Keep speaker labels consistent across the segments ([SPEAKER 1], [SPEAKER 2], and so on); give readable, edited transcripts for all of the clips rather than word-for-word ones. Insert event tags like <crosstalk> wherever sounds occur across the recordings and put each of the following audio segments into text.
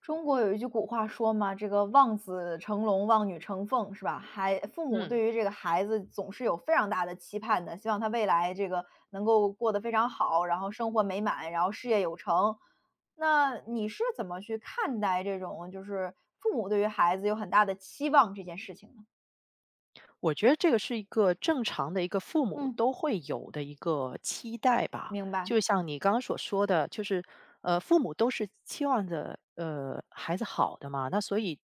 [SPEAKER 1] 中国有一句古话说嘛，这个望子成龙，望女成凤，是吧？孩父母
[SPEAKER 2] 嗯，
[SPEAKER 1] 对于这个孩子总是有非常大的期盼的，希望他未来这个能够过得非常好，然后生活美满，然后事业有成。那你是怎么去看待这种就是父母对于孩子有很大的期望这件事情呢？
[SPEAKER 2] 我觉得这个是一个正常的一个父母
[SPEAKER 1] 嗯，
[SPEAKER 2] 都会有的一个期待吧。
[SPEAKER 1] 明白。
[SPEAKER 2] 就像你刚刚所说的，就是父母都是期望着孩子好的嘛，那所以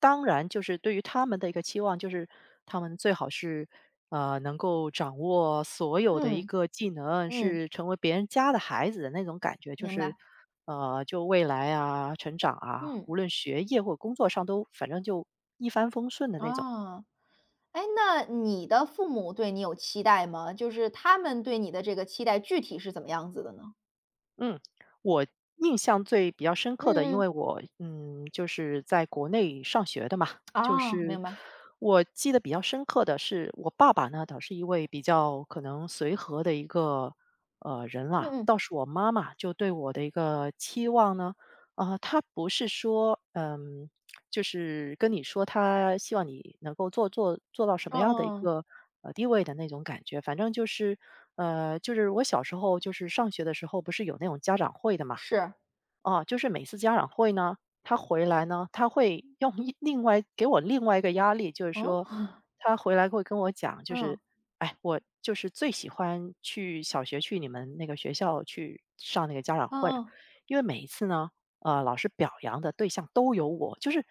[SPEAKER 2] 当然就是对于他们的一个期望，就是他们最好是能够掌握所有的一
[SPEAKER 1] 嗯
[SPEAKER 2] 个技能，
[SPEAKER 1] 嗯，
[SPEAKER 2] 是成为别人家的孩子的那种感觉，就
[SPEAKER 1] 明
[SPEAKER 2] 是
[SPEAKER 1] 白。
[SPEAKER 2] 就未来啊成长啊，
[SPEAKER 1] 嗯，
[SPEAKER 2] 无论学业或工作上都反正就一帆风顺的那种。
[SPEAKER 1] 哦。哎，那你的父母对你有期待吗？就是他们对你的这个期待具体是怎么样子的呢？
[SPEAKER 2] 嗯，我印象最比较深刻的，因
[SPEAKER 1] 嗯嗯，
[SPEAKER 2] 为我嗯，就是在国内上学的嘛，就
[SPEAKER 1] 啊，
[SPEAKER 2] 是
[SPEAKER 1] 明白，
[SPEAKER 2] 我记得比较深刻的是，我爸爸呢，倒是一位比较可能随和的一个人啦，
[SPEAKER 1] 嗯嗯，
[SPEAKER 2] 倒是我妈妈就对我的一个期望呢，啊、她不是说嗯。就是跟你说他希望你能够做到什么
[SPEAKER 1] 嗯
[SPEAKER 2] 样的一
[SPEAKER 1] 嗯嗯，
[SPEAKER 2] 个地位的那种感觉。反正就是就是我小时候就是上学的时候，不是有那种家长会的嘛，
[SPEAKER 1] 是，
[SPEAKER 2] 哦，就是每次家长会呢，他回来呢，他会用一另外给我另外一个压力，就是
[SPEAKER 1] 哦，
[SPEAKER 2] 说他回来会跟我讲，就是
[SPEAKER 1] 嗯，
[SPEAKER 2] 哎，我就是最喜欢去小学去你们那个学校去上那个家长
[SPEAKER 1] 嗯
[SPEAKER 2] 会了，
[SPEAKER 1] 嗯，
[SPEAKER 2] 因为每一次呢，老师表扬的对象都有我，就是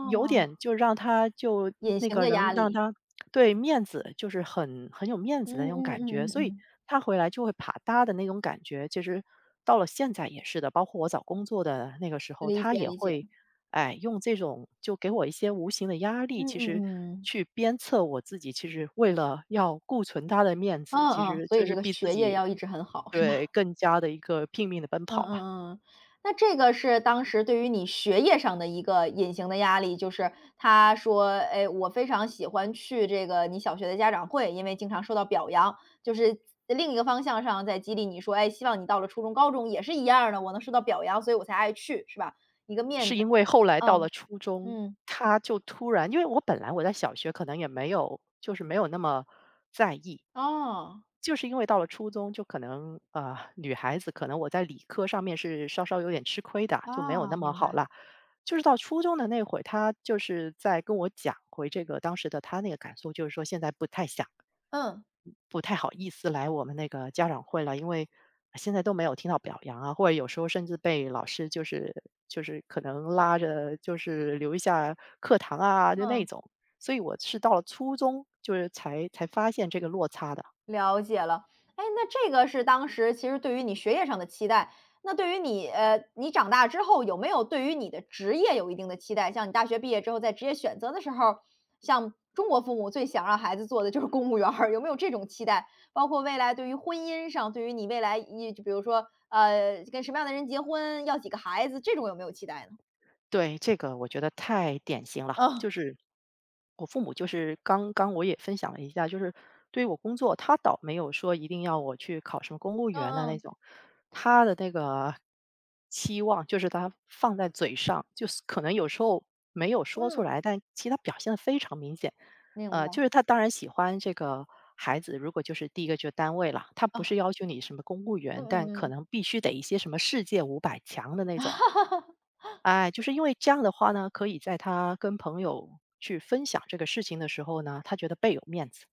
[SPEAKER 2] 有点就让他就
[SPEAKER 1] 隐
[SPEAKER 2] 那
[SPEAKER 1] 形
[SPEAKER 2] 个
[SPEAKER 1] 的
[SPEAKER 2] 人
[SPEAKER 1] 压
[SPEAKER 2] 让
[SPEAKER 1] 力，
[SPEAKER 2] 他对面子就是很有
[SPEAKER 1] 嗯嗯哦哦，是哦嗯嗯嗯啊，隐形的压力嗯
[SPEAKER 2] 面子的那种
[SPEAKER 1] 嗯
[SPEAKER 2] 感觉，
[SPEAKER 1] 嗯
[SPEAKER 2] 所
[SPEAKER 1] 嗯
[SPEAKER 2] 以
[SPEAKER 1] 嗯
[SPEAKER 2] 他回来就会啪嗒的那种感觉，其实到了现在也是的。包括我找工作的那个时候，
[SPEAKER 1] 理
[SPEAKER 2] 他
[SPEAKER 1] 解
[SPEAKER 2] 也
[SPEAKER 1] 理解，
[SPEAKER 2] 会，哎，用这种就给我一些无形的压力，
[SPEAKER 1] 嗯
[SPEAKER 2] 其
[SPEAKER 1] 嗯
[SPEAKER 2] 实
[SPEAKER 1] 嗯，
[SPEAKER 2] 去鞭策我自己。其实为了要顾存他的面
[SPEAKER 1] 嗯
[SPEAKER 2] 子，其
[SPEAKER 1] 嗯，
[SPEAKER 2] 实
[SPEAKER 1] 所
[SPEAKER 2] 就
[SPEAKER 1] 以
[SPEAKER 2] 是
[SPEAKER 1] 这个
[SPEAKER 2] 逼自
[SPEAKER 1] 学业
[SPEAKER 2] 己
[SPEAKER 1] 要一直很好。是。
[SPEAKER 2] 对更加的一个拼命的奔
[SPEAKER 1] 嗯
[SPEAKER 2] 跑了。
[SPEAKER 1] 嗯嗯，那这个是当时对于你学业上的一个隐形的压力，就是他说，哎，我非常喜欢去这个你小学的家长会，因为经常受到表扬，就是另一个方向上在激励你说，哎，希望你到了初中、高中也是一样儿的，我能受到表扬，所以我才爱去，是吧？一个面
[SPEAKER 2] 是
[SPEAKER 1] 子，
[SPEAKER 2] 因为后来到了
[SPEAKER 1] 嗯
[SPEAKER 2] 初中，
[SPEAKER 1] 嗯，
[SPEAKER 2] 他就突然，因为我本来我在小学可能也没有，就是没有那么在意。
[SPEAKER 1] 哦，
[SPEAKER 2] 就是因为到了初中，就可能女孩子可能我在理科上面是稍稍有点吃亏的，就没有那
[SPEAKER 1] 啊，
[SPEAKER 2] 么
[SPEAKER 1] 明白。
[SPEAKER 2] 好了。就是到初中的那会儿，她就是在跟我讲回这个当时的她那个感受，就是说现在不太想、
[SPEAKER 1] 嗯
[SPEAKER 2] 不太好意思来我们那个家长会了，因为现在都没有听到表扬啊，或者有时候甚至被老师就是就是可能拉着就是留一下课堂啊，就那
[SPEAKER 1] 嗯。
[SPEAKER 2] 种。所以我是到了初中，就是才发现这个落差的。
[SPEAKER 1] 了解了。哎，那这个是当时其实对于你学业上的期待，那对于你你长大之后有没有对于你的职业有一定的期待？像你大学毕业之后，在职业选择的时候，像中国父母最想让孩子做的就是公务员儿，有没有这种期待？包括未来对于婚姻上，对于你未来一就比如说，跟什么样的人结婚，要几个孩子，这种有没有期待呢？
[SPEAKER 2] 对，这个我觉得太典型了。就
[SPEAKER 1] 哦，
[SPEAKER 2] 是我父母，就是刚刚我也分享了一下，就是对于我工作，他倒没有说一定要我去考什么公务员的那
[SPEAKER 1] 嗯
[SPEAKER 2] 种，他的那个期望就是他放在嘴上，就是可能有时候没有说
[SPEAKER 1] 嗯
[SPEAKER 2] 出
[SPEAKER 1] 嗯，嗯，
[SPEAKER 2] 来，但其实他表现的非常明显。
[SPEAKER 1] 明
[SPEAKER 2] 就是
[SPEAKER 1] 白。
[SPEAKER 2] 他当然喜欢这个孩子，如果就是第一个就是单位了，他不是
[SPEAKER 1] 啊，
[SPEAKER 2] 要求你什么公务员，
[SPEAKER 1] 嗯
[SPEAKER 2] 但
[SPEAKER 1] 嗯
[SPEAKER 2] 可
[SPEAKER 1] 嗯。
[SPEAKER 2] 能必须得一些什么世界五百强的那种。哎，就是因为这样的话呢，可以在他跟朋友去分享这个事情的时候呢，他觉得倍有面子。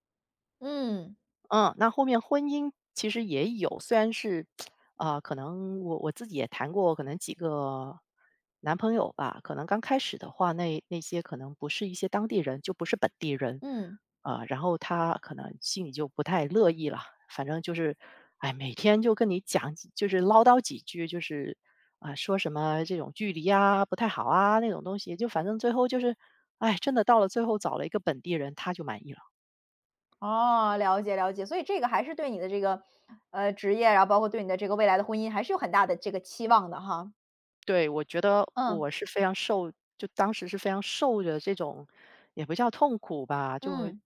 [SPEAKER 1] 嗯
[SPEAKER 2] 嗯，那后面婚姻其实也有，虽然是，啊、可能我自己也谈过，可能几个男朋友吧，可能刚开始的话，那那些可能不是一些当地人，就不是本地人，
[SPEAKER 1] 嗯。
[SPEAKER 2] 啊、然后他可能心里就不太乐意了，反正就是，哎，每天就跟你讲几就是唠叨几句，就是啊、说什么这种距离啊不太好啊那种东西，就反正最后就是，哎，真的到了最后找了一个本地人，他就满意了。
[SPEAKER 1] 哦，了解了解，所以这个还是对你的这个，职业，然后包括对你的这个未来的婚姻还是有很大的这个期望的哈。
[SPEAKER 2] 对，我觉得
[SPEAKER 1] 嗯，
[SPEAKER 2] 我是非常受就当时是非常受着这种，也不叫痛苦吧，就
[SPEAKER 1] 嗯。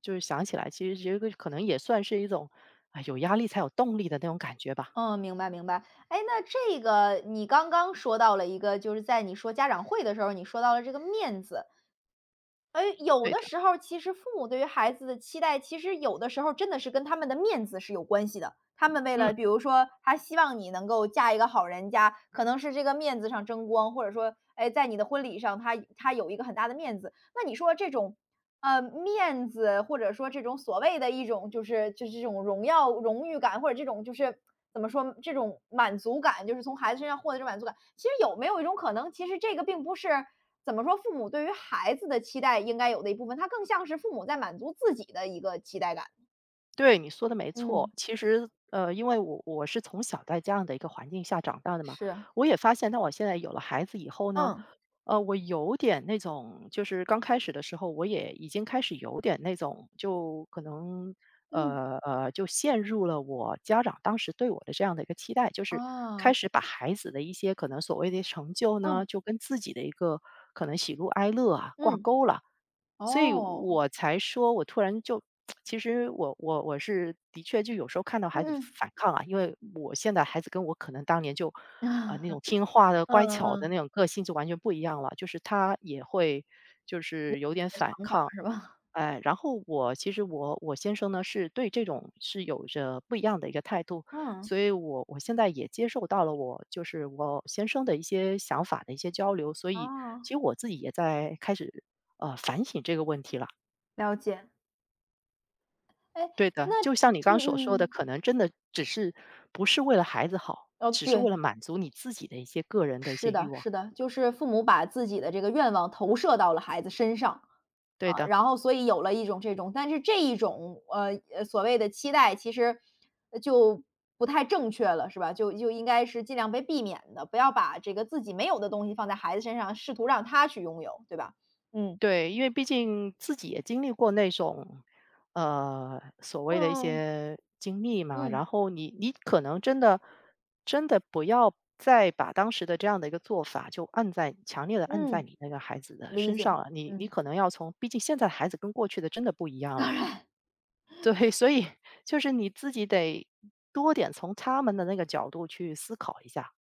[SPEAKER 2] 就是想起来，其实这个可能也算是一种，啊，有压力才有动力的那种感觉吧。
[SPEAKER 1] 嗯，明白明白。哎，那这个你刚刚说到了一个，就是在你说家长会的时候，你说到了这个面子。哎，有
[SPEAKER 2] 对
[SPEAKER 1] 的
[SPEAKER 2] 的，
[SPEAKER 1] 时候其实父母对于孩子的期待，其实有的时候真的是跟他们的面子是有关系的。他们为了，
[SPEAKER 2] 嗯。
[SPEAKER 1] 比如说他希望你能够嫁一个好人家，可能是这个面子上争光，或者说，哎，在你的婚礼上他他有一个很大的面子。那你说这种面子，或者说这种所谓的一种就是就是这种荣耀、荣誉感，或者这种就是怎么说，这种满足感，就是从孩子身上获得这种满足感。其实有没有一种可能，其实这个并不是怎么说，父母对于孩子的期待应该有的一部分，它更像是父母在满足自己的一个期待感。
[SPEAKER 2] 对，你说的没错。
[SPEAKER 1] 嗯，
[SPEAKER 2] 其实，因为我是从小在这样的一个环境下长大的嘛，
[SPEAKER 1] 是，
[SPEAKER 2] 我也发现，当我现在有了孩子以后呢，
[SPEAKER 1] 嗯
[SPEAKER 2] 我有点那种，就是刚开始的时候，我也已经开始有点那种，就可能，
[SPEAKER 1] 嗯
[SPEAKER 2] 就陷入了我家长当时对我的这样的一个期待，就是开
[SPEAKER 1] 啊，
[SPEAKER 2] 始把孩子的一些可能所谓的成就呢，
[SPEAKER 1] 嗯
[SPEAKER 2] 就跟自己的一个可能喜怒哀乐啊挂
[SPEAKER 1] 嗯
[SPEAKER 2] 钩了。所以
[SPEAKER 1] 哦，
[SPEAKER 2] 我才说，我突然就，<tsk> 其实我是的确就有时候看到孩
[SPEAKER 1] 嗯
[SPEAKER 2] 子
[SPEAKER 1] 嗯
[SPEAKER 2] 反抗啊，因为我现在孩子跟我可能当年就，
[SPEAKER 1] <laughs> 啊
[SPEAKER 2] 那种听话的、乖
[SPEAKER 1] 嗯
[SPEAKER 2] 巧
[SPEAKER 1] 嗯，
[SPEAKER 2] 的那种
[SPEAKER 1] 你
[SPEAKER 2] 个性就完全不一样了，就是他也会就是有点
[SPEAKER 1] 的
[SPEAKER 2] 反
[SPEAKER 1] 想法
[SPEAKER 2] 抗。
[SPEAKER 1] 是吧？
[SPEAKER 2] 哎，然后我其实我先生呢是对这种是有着不一样的一个态度，
[SPEAKER 1] 嗯，
[SPEAKER 2] 所以我现在也接受到了我就是我先生的一些想法的一些交流，所以
[SPEAKER 1] 啊。
[SPEAKER 2] 其实我自己也在开始反省这个问题了。
[SPEAKER 1] 了解。哎，
[SPEAKER 2] 对的，
[SPEAKER 1] 那
[SPEAKER 2] 就像你刚
[SPEAKER 1] 嗯
[SPEAKER 2] 刚所说的，
[SPEAKER 1] 嗯，
[SPEAKER 2] 可能真的只是不是为了孩子好，
[SPEAKER 1] 哦，
[SPEAKER 2] 只是
[SPEAKER 1] 对，
[SPEAKER 2] 为了满足你自己的一些个人的一些
[SPEAKER 1] 是
[SPEAKER 2] 欲
[SPEAKER 1] 的
[SPEAKER 2] 望。
[SPEAKER 1] 是的，就是父母把自己的这个愿望投射到了孩子身上，
[SPEAKER 2] 对
[SPEAKER 1] 啊，
[SPEAKER 2] 的。
[SPEAKER 1] 然后所以有了一种这种但是这一种，所谓的期待其实呃就不太正确了，是吧？就就应该是尽量被避免的，不要把这个自己没有的东西放在孩子身上，试图让他去拥有，对吧？嗯，
[SPEAKER 2] 对，因为毕竟自己也经历过那种，所谓的一
[SPEAKER 1] 嗯
[SPEAKER 2] 些经历嘛，
[SPEAKER 1] 嗯
[SPEAKER 2] 然后你可能真的真的不要再把当时的这样的一个做法就按在强烈的按在
[SPEAKER 1] 嗯，
[SPEAKER 2] 你那个孩子的
[SPEAKER 1] 理
[SPEAKER 2] 身
[SPEAKER 1] 解，
[SPEAKER 2] 上了，你
[SPEAKER 1] 嗯。
[SPEAKER 2] 可能要从毕竟现在的孩子跟过去的真的不一样了。<laughs> 对，所以就是你自己得多点从他们的那个角度去思考一下。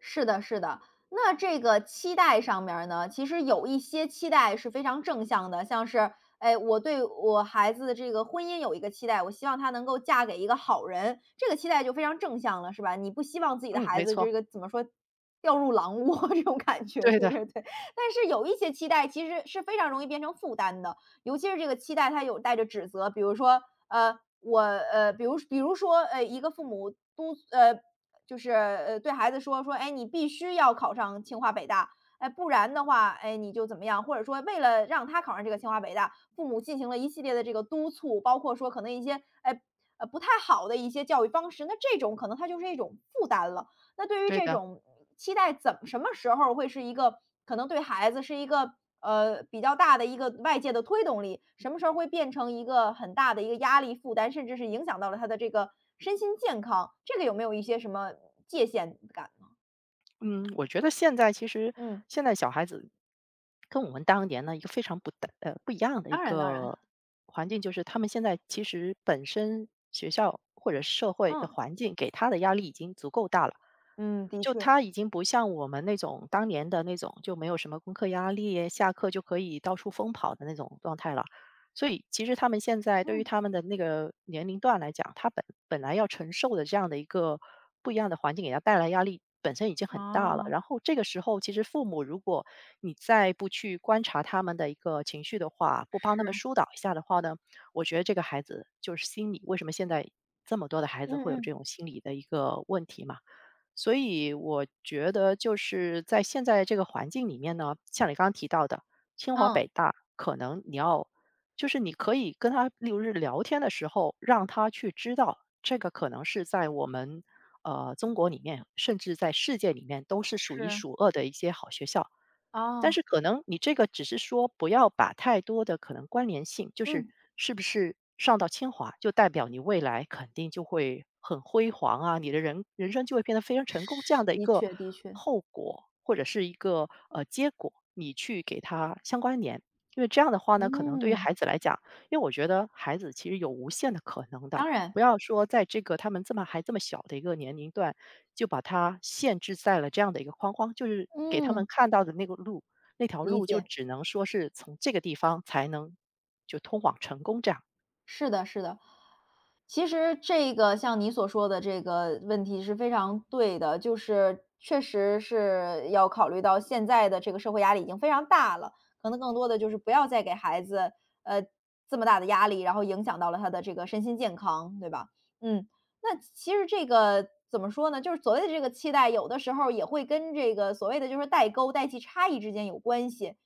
[SPEAKER 1] 是的，是的。那这个期待上面儿呢，其实有一些期待是非常正向的，像是，哎，我对我孩子的这个婚姻有一个期待，我希望她能够嫁给一个好人，这个期待就非常正向了，是吧？你不希望自己的
[SPEAKER 2] 嗯，
[SPEAKER 1] 孩
[SPEAKER 2] 没
[SPEAKER 1] 子
[SPEAKER 2] 错，
[SPEAKER 1] 这个怎么说，掉入狼窝 <laughs> 这种感觉，
[SPEAKER 2] 对
[SPEAKER 1] 是不
[SPEAKER 2] 的，
[SPEAKER 1] 是？<laughs> 对。但是有一些期待其实是非常容易变成负担的，尤其是这个期待它有带着指责，比如说，我比如比如说，一个父母就是对孩子说说，哎，你必须要考上清华北大，哎，不然的话，哎，你就怎么样？或者说，为了让他考上这个清华北大，父母进行了一系列的这个督促，包括说可能一些哎不太好的一些教育方式，那这种可能它就是一种负担了。那对于
[SPEAKER 2] 对
[SPEAKER 1] 这
[SPEAKER 2] 的。
[SPEAKER 1] 种期待怎么什么时候会是一个可能对孩子是一个比较大的一个外界的推动力，什么时候会变成一个很大的一个压力负担，甚至是影响到了他的这个身心健康，这个有没有一些什么界限感呢？
[SPEAKER 2] 嗯，我觉得现在其实
[SPEAKER 1] 嗯，
[SPEAKER 2] 现在小孩子跟我们当年呢一个非常不大不一样的一
[SPEAKER 1] 当然当然，
[SPEAKER 2] 个环境，就是他们现在其实本身学校或者社会的
[SPEAKER 1] 嗯
[SPEAKER 2] 环境给他的压力已经足够大了，
[SPEAKER 1] 嗯，的
[SPEAKER 2] 就
[SPEAKER 1] 确，
[SPEAKER 2] 他已经不像我们那种当年的那种就没有什么功课压力，下课就可以到处疯跑的那种状态了。所以其实他们现在对于
[SPEAKER 1] 嗯
[SPEAKER 2] 他们的那个年龄段来讲，他本来要承受的这样的一个不一样的环境，给他带来压力本身已经很大了。然后这个时候，其实父母如果你再不去观察他们的一个情绪的话，不帮他们
[SPEAKER 1] 是，
[SPEAKER 2] 疏导一下的话呢，我觉得这个孩子就是心理为什么现在这么多的孩子
[SPEAKER 1] 嗯
[SPEAKER 2] 会有
[SPEAKER 1] 嗯
[SPEAKER 2] 这种心理的一个问题嘛？所以我觉得就是在现在这个环境里面呢，像你刚刚提到的，清华
[SPEAKER 1] 嗯，
[SPEAKER 2] 北大，可能你要就是你可以跟他，例如是聊天的时候，让他去知道这个可能是在我们中国里面，甚至在世界里面都是数一
[SPEAKER 1] 是，
[SPEAKER 2] 数二的一些好学校。但是
[SPEAKER 1] 啊，
[SPEAKER 2] 可能你这个只是说不要把太多的可能关联性，就是
[SPEAKER 1] 嗯，
[SPEAKER 2] 是不是上到清华就代表你未来肯定就会很辉煌啊，你的人生就会变得非常成功这样的一
[SPEAKER 1] 的
[SPEAKER 2] 个
[SPEAKER 1] 确的确，
[SPEAKER 2] 后果或者是一个结果，你去给它相关联。因为这样的话呢，可能对于
[SPEAKER 1] 嗯，
[SPEAKER 2] 孩子来讲，因为我觉得孩子其实有无限的可能的，
[SPEAKER 1] 当然，
[SPEAKER 2] 不要说在这个他们这么还这么小的一个年龄段，就把它限制在了这样的一个框框，就是给他们
[SPEAKER 1] 嗯，
[SPEAKER 2] 看到的那个路那条
[SPEAKER 1] 理
[SPEAKER 2] 路就
[SPEAKER 1] 解。
[SPEAKER 2] 只能说是从这个地方才能就通往成功这样。
[SPEAKER 1] 是的，是的。其实这个像你所说的这个问题是非常对的，就是确实是要考虑到现在的这个社会压力已经非常大了，可能更多的就是不要再给孩子呃这么大的压力，然后影响到了他的这个身心健康，对吧？嗯，那其实这个怎么说呢？就是所谓的这个期待，有的时候也会跟这个所谓的就是代沟、代际差异之间有关系。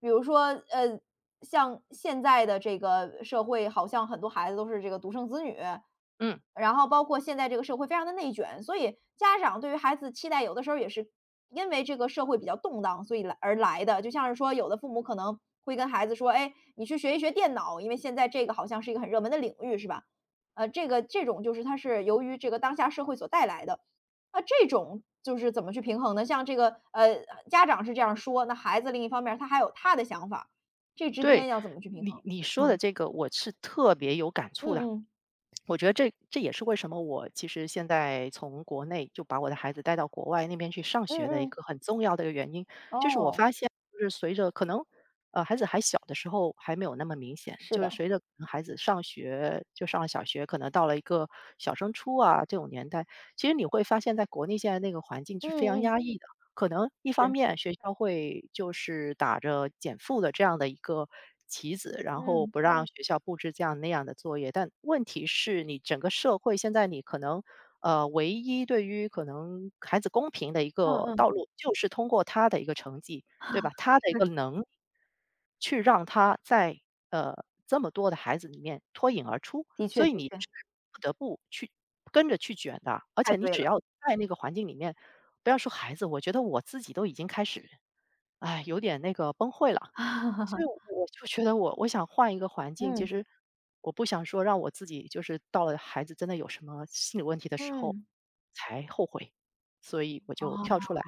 [SPEAKER 1] 比如说，呃，像现在的这个社会，好像很多孩子都是这个独生子女，
[SPEAKER 2] 嗯，
[SPEAKER 1] 然后包括现在这个社会非常的内卷，所以家长对于孩子期待，有的时候也是因为这个社会比较动荡，所以来而来的。就像是说，有的父母可能会跟孩子说：“哎，你去学一学电脑，因为现在这个好像是一个很热门的领域，是吧？”这个这种就是它是由于这个当下社会所带来的。那这种就是怎么去平衡呢？像这个家长是这样说，那孩子另一方面他还有他的想法。这之
[SPEAKER 2] 对，
[SPEAKER 1] 间要怎么去平
[SPEAKER 2] 你
[SPEAKER 1] 衡？
[SPEAKER 2] 你说的
[SPEAKER 1] 嗯，
[SPEAKER 2] 这个我是特别有感
[SPEAKER 1] 嗯
[SPEAKER 2] 触的。
[SPEAKER 1] 嗯，
[SPEAKER 2] 我觉得这也是为什么我其实现在从国内就把我的孩子带到国外那边去上
[SPEAKER 1] 嗯
[SPEAKER 2] 学的一
[SPEAKER 1] 嗯，
[SPEAKER 2] 个很重要的一个原因，就是我
[SPEAKER 1] 哦，
[SPEAKER 2] 发现就是随着可能孩子还小的时候还没有那么明显，
[SPEAKER 1] 是
[SPEAKER 2] 就是
[SPEAKER 1] 的，
[SPEAKER 2] 随着可能孩子上学就上了小学，可能到了一个小升初啊这种年代，其实你会发现在国内现在那个环境是非常
[SPEAKER 1] 嗯嗯，
[SPEAKER 2] 压抑的。可能一方
[SPEAKER 1] 是，
[SPEAKER 2] 面学校会就是打着减负的这样的一个旗子，然后
[SPEAKER 1] 嗯，
[SPEAKER 2] 不让嗯学校布置这样那样的作业，但问题是你整个社会现在你可能，唯一对于可能孩子公平的一
[SPEAKER 1] 嗯
[SPEAKER 2] 个
[SPEAKER 1] 嗯，
[SPEAKER 2] 道嗯路，就是通过他的一个成绩，对吧？他的一个能力。去让他在这么多的孩子里面脱颖而出，
[SPEAKER 1] 的确
[SPEAKER 2] 所以
[SPEAKER 1] 的
[SPEAKER 2] 你
[SPEAKER 1] 确，
[SPEAKER 2] 是不得不去跟着去卷的，而
[SPEAKER 1] 太
[SPEAKER 2] 且你
[SPEAKER 1] 对
[SPEAKER 2] 只
[SPEAKER 1] 了，
[SPEAKER 2] 要在那个环境里面，不要说孩子，我觉得我自己都已经开始，哎，有点那个崩溃了。所以我
[SPEAKER 1] <laughs>
[SPEAKER 2] 我就觉得我想换一个环境，其
[SPEAKER 1] 嗯
[SPEAKER 2] 实我不想说让我自己就是到了孩子真的有什么心理问题的时候
[SPEAKER 1] 嗯，
[SPEAKER 2] 才后悔，所以我
[SPEAKER 1] 哦，
[SPEAKER 2] 就跳出来。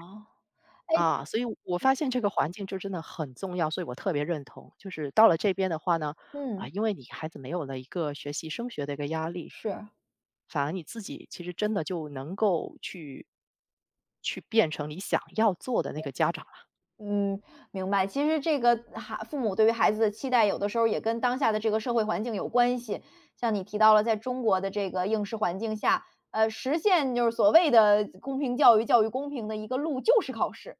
[SPEAKER 1] 哎，
[SPEAKER 2] 啊，所以我发现这个环境就真的很重要，所以我特别认同。就是到了这边的话呢，啊，
[SPEAKER 1] 嗯，
[SPEAKER 2] 因为你孩子没有了一个学习升学的一个压力，
[SPEAKER 1] 是，
[SPEAKER 2] 反而你自己其实真的就能够去变成你想要做的那个家长了。
[SPEAKER 1] 嗯，明白。其实这个孩父母对于孩子的期待，有的时候也跟当下的这个社会环境有关系。像你提到了，在中国的这个应试环境下，实现就是所谓的公平教育、教育公平的一个路，就是考试。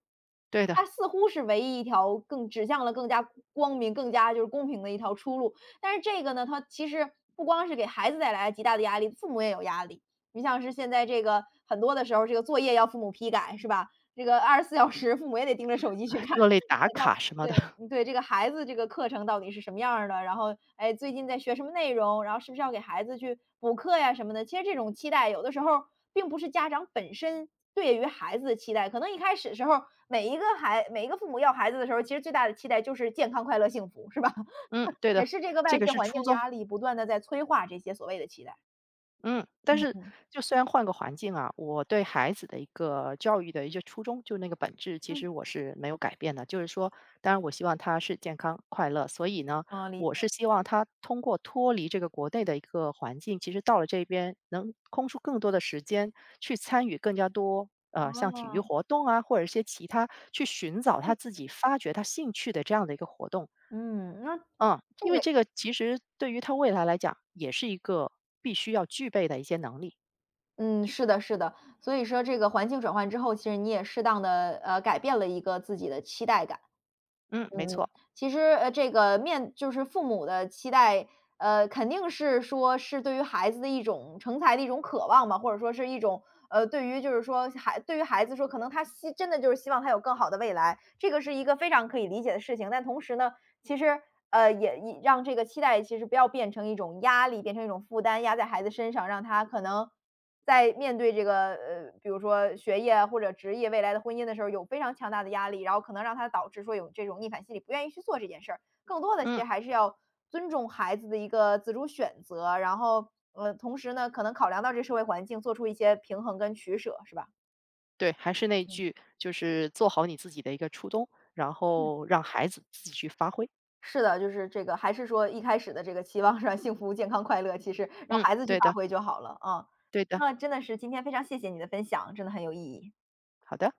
[SPEAKER 2] 对
[SPEAKER 1] 它
[SPEAKER 2] 的，
[SPEAKER 1] 似乎是唯一一条更指向了更加光明、更加就是公平的一条出路。但是这个呢，它其实不光是给孩子带来极大的压力，父母也有压力。你像是现在这个很多的时候，这个作业要父母批改是吧？这个24小时 <laughs> 父母也得盯着手机去
[SPEAKER 2] 哎，
[SPEAKER 1] 看。
[SPEAKER 2] 各类打
[SPEAKER 1] 到
[SPEAKER 2] 卡什么
[SPEAKER 1] 对，
[SPEAKER 2] 的，<laughs>
[SPEAKER 1] 嗯对，这个孩子这个课程到底是什么样儿的，然后，哎，最近在学什么内容，然后是不是要给孩子去补课呀什么的。其实这种期待有的时候并不是家长本身对于孩子的期待，可能一开始的时候，每一个孩每一个父母要孩子的时候，其实最大的期待就是健康、快乐、幸福，是吧？<laughs>
[SPEAKER 2] 嗯，对的，
[SPEAKER 1] 也是这个
[SPEAKER 2] 这
[SPEAKER 1] 外
[SPEAKER 2] 个
[SPEAKER 1] 界
[SPEAKER 2] 是
[SPEAKER 1] 环
[SPEAKER 2] 初
[SPEAKER 1] 境
[SPEAKER 2] 衷。
[SPEAKER 1] 压力不断的在催化这些所谓的期待。
[SPEAKER 2] 嗯，但
[SPEAKER 1] 嗯
[SPEAKER 2] 是
[SPEAKER 1] 嗯。
[SPEAKER 2] 就虽然换个环境啊，我对孩子的一个教育的一些初衷，就那个本质，其
[SPEAKER 1] 嗯。
[SPEAKER 2] 实我是没有改变的。就是说，当然我希望他是健康快乐，所以呢，
[SPEAKER 1] 嗯，理
[SPEAKER 2] 我
[SPEAKER 1] 解。
[SPEAKER 2] 是希望他通过脱离这个国内的一个环境，其实到了这边能空出更多的时间去参与更加多。
[SPEAKER 1] 啊，
[SPEAKER 2] 像体育活动啊，或者一些其他去寻找他自己发掘他兴趣的这样的一个活动，
[SPEAKER 1] 嗯，那
[SPEAKER 2] 嗯，
[SPEAKER 1] 这
[SPEAKER 2] 因为
[SPEAKER 1] 个
[SPEAKER 2] 这个其实对于他未来来讲，也是一个必须要具备的一些能力。
[SPEAKER 1] 嗯，是的，是的。所以说这个环境转换之后，其实你也适当的改变了一个自己的期待感。
[SPEAKER 2] 嗯，没
[SPEAKER 1] 嗯嗯，
[SPEAKER 2] 错。
[SPEAKER 1] 其实，这个面就是父母的期待，肯定是说是对于孩子的一种成才的一种渴望嘛，或者说是一种，对于就是说孩对于孩子说，可能他希真的就是希望他有更好的未来，这个是一个非常可以理解的事情。但同时呢，其实，也也让这个期待其实不要变成一种压力，变成一种负担，压在孩子身上，让他可能在面对这个比如说学业或者职业未来的婚姻的时候，有非常强大的压力，然后可能让他导致说有这种逆反心理，不愿意去做这件事儿。更多的其
[SPEAKER 2] 嗯，
[SPEAKER 1] 实还是要尊重孩子的一个自主选择，然后同时呢，可能考量到这社会环境，做出一些平衡跟取舍，是吧？
[SPEAKER 2] 对，还是那
[SPEAKER 1] 嗯，
[SPEAKER 2] 句，就是做好你自己的一个初衷，然
[SPEAKER 1] 嗯。
[SPEAKER 2] 后让孩子自己去发挥。
[SPEAKER 1] 是的，就是这个还是说一开始的这个期望上，幸福、健康、快乐，其实让
[SPEAKER 2] 嗯，
[SPEAKER 1] 孩子去
[SPEAKER 2] 对
[SPEAKER 1] 发
[SPEAKER 2] 的，
[SPEAKER 1] 挥就好了，啊。
[SPEAKER 2] 对的，
[SPEAKER 1] 那真的是今天非常谢谢你的分享，真的很有意义。
[SPEAKER 2] 好的。